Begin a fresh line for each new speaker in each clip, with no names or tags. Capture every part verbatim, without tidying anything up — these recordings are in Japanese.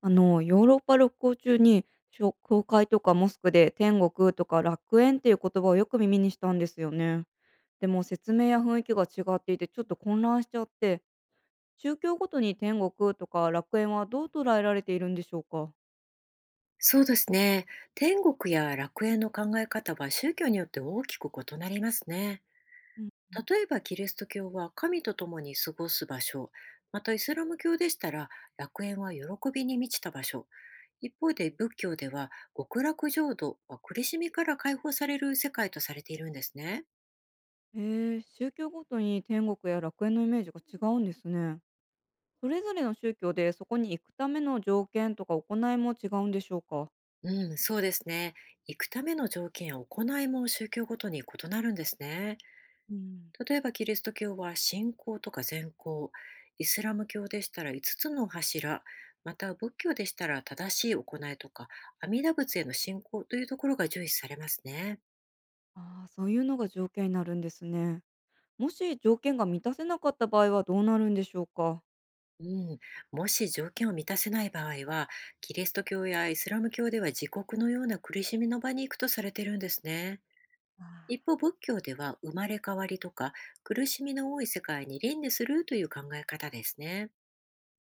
あの、ヨーロッパ旅行中に、しょ教会とかモスクで天国とか楽園っていう言葉をよく耳にしたんですよね。でも説明や雰囲気が違っていてちょっと混乱しちゃって、宗教ごとに天国とか楽園はどう捉えられているんでしょうか。
そうですね。天国や楽園の考え方は宗教によって大きく異なりますね。
うん。
例えばキリスト教は、神と共に過ごす場所。またイスラム教でしたら、楽園は喜びに満ちた場所。一方で仏教では、極楽浄土は苦しみから解放される世界とされているんですね。
えー宗教ごとに天国や楽園のイメージが違うんですね。それぞれの宗教でそこに行くための条件とか行いも違うんでしょうか。
うん、そうですね。行くための条件や行いも宗教ごとに異なるんですね。
うん。
例えばキリスト教は信仰とか善行、イスラム教でしたら5つつの柱、また仏教でしたら正しい行いとか阿弥陀仏への信仰というところが重視されますね。
ああ、そういうのが条件になるんですね。もし条件が満たせなかった場合はどうなるんでしょうか？
うん、もし条件を満たせない場合は、キリスト教やイスラム教では自国のような苦しみの場に行くとされているんですね。
あ
一方、
あ。
仏教では生まれ変わりとか苦しみの多い世界に輪廻するという考え方ですね。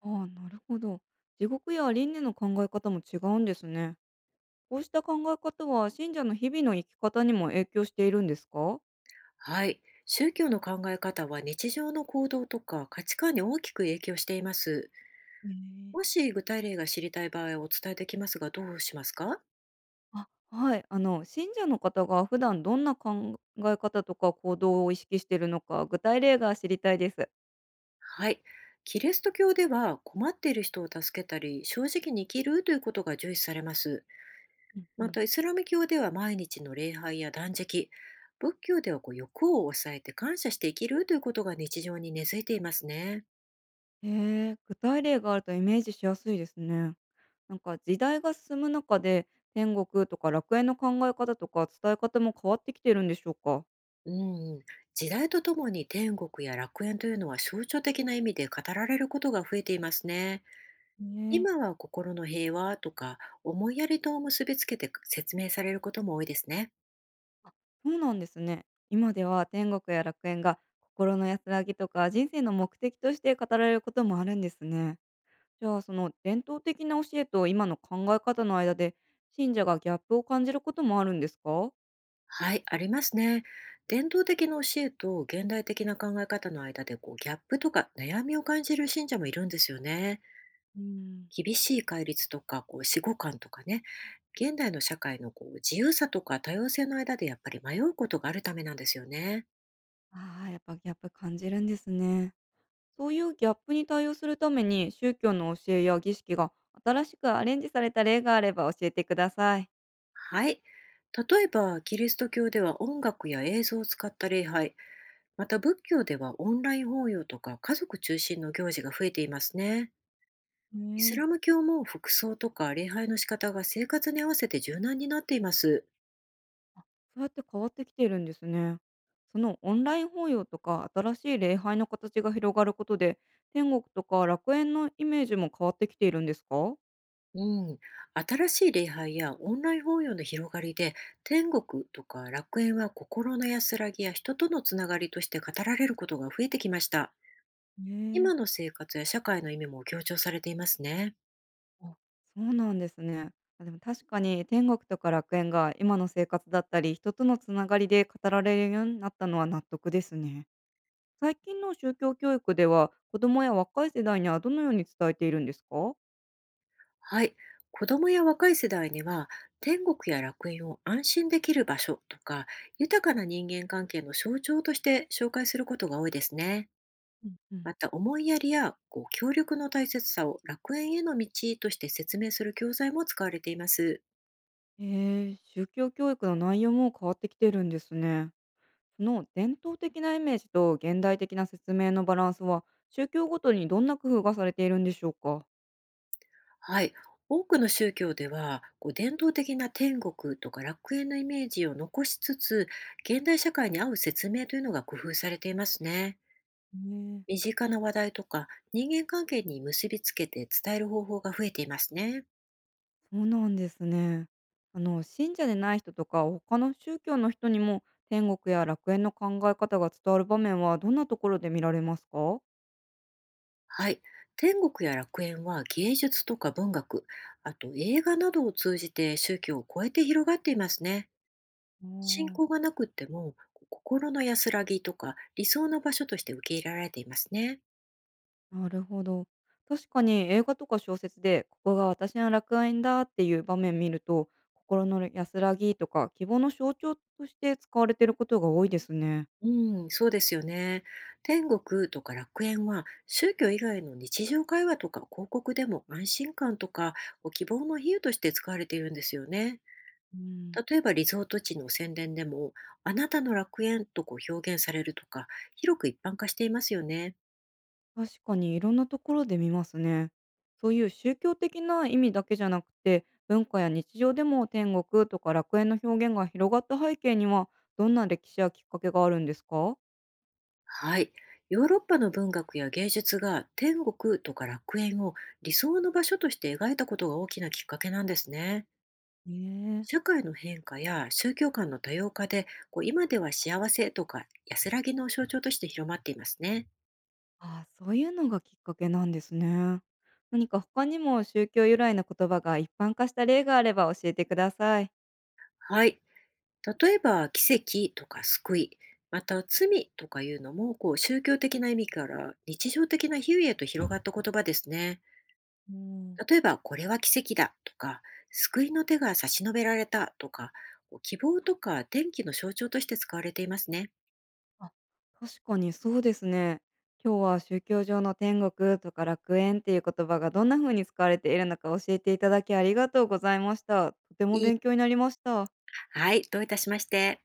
あ、なるほど。地獄や輪廻の考え方も違うんですね。こうした考え方は信者の日々の生き方にも影響しているんですか？
はい。宗教の考え方は日常の行動とか価値観に大きく影響しています。
へえ。
もし具体例が知りたい場合はお伝えできますが、どうしますか？
あ、はい。あの、信者の方が普段どんな考え方とか行動を意識しているのか、具体例が知りたいです。
はい。キリスト教では困っている人を助けたり、正直に生きるということが重視されます。
うんう
ま
ん。
た、イスラム教では毎日の礼拝や断食、仏教ではこう欲を抑えて感謝して生きるということが日常に根付いていますね。
へえ、具体例があるとイメージしやすいですね。なんか時代が進む中で天国とか楽園の考え方とか伝え方も変わってきてるんでしょうか。
うん、時代とともに天国や楽園というのは、象徴的な意味で語られることが増えていますね。
ね
今
え。
は心の平和とか思いやりと結びつけて説明されることも多いですね。
あ、そうなんですね。今では天国や楽園が心の安らぎとか人生の目的として語られることもあるんですね。じゃあその伝統的な教えと今の考え方の間で信者がギャップを感じることもあるんですか。
はい、ありますね。伝統的な教えと現代的な考え方の間でこうギャップとか悩みを感じる信者もいるんですよね。
うん。
厳しい戒律とかこう死後感とかね、現代の社会のこう自由さとか多様性の間で、やっぱり迷うことがあるためなんですよね。
ああー、やっぱギャップ感じるんですね。そういうギャップに対応するために、宗教の教えや儀式が新しくアレンジされた例があれば教えてください。
はい。例えば、キリスト教では音楽や映像を使った礼拝、また仏教ではオンライン法要とか家族中心の行事が増えていますね。イス
ねえ。
ラム教も服装とか礼拝の仕方が生活に合わせて柔軟になっています。
そうやって変わってきているんですね。そのオンライン法要とか新しい礼拝の形が広がることで、天国とか楽園のイメージも変わってきているんですか。
うん。新しい礼拝やオンライン法要の広がりで、天国とか楽園は心の安らぎや人とのつながりとして語られることが増えてきました。
ね。
今の生活や社会の意味も強調されていますね。
あ、そうなんですね。あ、でも確かに天国とか楽園が今の生活だったり人とのつながりで語られるようになったのは納得ですね。最近の宗教教育では、子供や若い世代にはどのように伝えているんですか？
はい。子どもや若い世代には、天国や楽園を安心できる場所とか、豊かな人間関係の象徴として紹介することが多いですね。
うんうん。
また、思いやりやこう協力の大切さを楽園への道として説明する教材も使われています。
へえ、宗教教育の内容も変わってきてるんですね。その伝統的なイメージと現代的な説明のバランスは、宗教ごとにどんな工夫がされているんでしょうか？
はい。多くの宗教では、こう伝統的な天国とか楽園のイメージを残しつつ、現代社会に合う説明というのが工夫されていますね。
ね。
身近な話題とか人間関係に結びつけて伝える方法が増えていますね。
そうなんですね。あの信者でない人とか、他の宗教の人にも天国や楽園の考え方が伝わる場面はどんなところで見られますか？
はい。天国や楽園は芸術とか文学、あと映画などを通じて宗教を超えて広がっていますね。
あ
信仰
あ。
がなくっても、心の安らぎとか理想の場所として受け入れられていますね。
なるほど。確かに映画とか小説で、ここが私の楽園だっていう場面見ると、心の安らぎとか希望の象徴として使われていることが多いですね。
うん、そうですよね。天国とか楽園は宗教以外の日常会話とか広告でも、安心感とかお希望の比喩として使われているんですよね。
うん、
例えばリゾート地の宣伝でも、あなたの楽園とこう表現されるとか、広く一般化していますよね。
確かにいろんなところで見ますね。そういう宗教的な意味だけじゃなくて、文化や日常でも天国とか楽園の表現が広がった背景には、どんな歴史やきっかけがあるんですか。
はい。ヨーロッパの文学や芸術が天国とか楽園を理想の場所として描いたことが大きなきっかけなんですね。
ね
社
え。
会の変化や宗教観の多様化で、こう今では幸せとか安らぎの象徴として広まっていますね。
ああ、そういうのがきっかけなんですね。何か他にも宗教由来の言葉が一般化した例があれば教えてください。
はい。例えば奇跡とか救い、また罪とかいうのもこう宗教的な意味から日常的な比喩へと広がった言葉ですね。
うん、
例えばこれは奇跡だとか、救いの手が差し伸べられたとか、こう希望とか天気の象徴として使われていますね。
あ、確かにそうですね。今日は宗教上の天国とか楽園っていう言葉がどんな風に使われているのか教えていただきありがとうございました。とても
いい
勉強になりました。
はい、どういたしまして。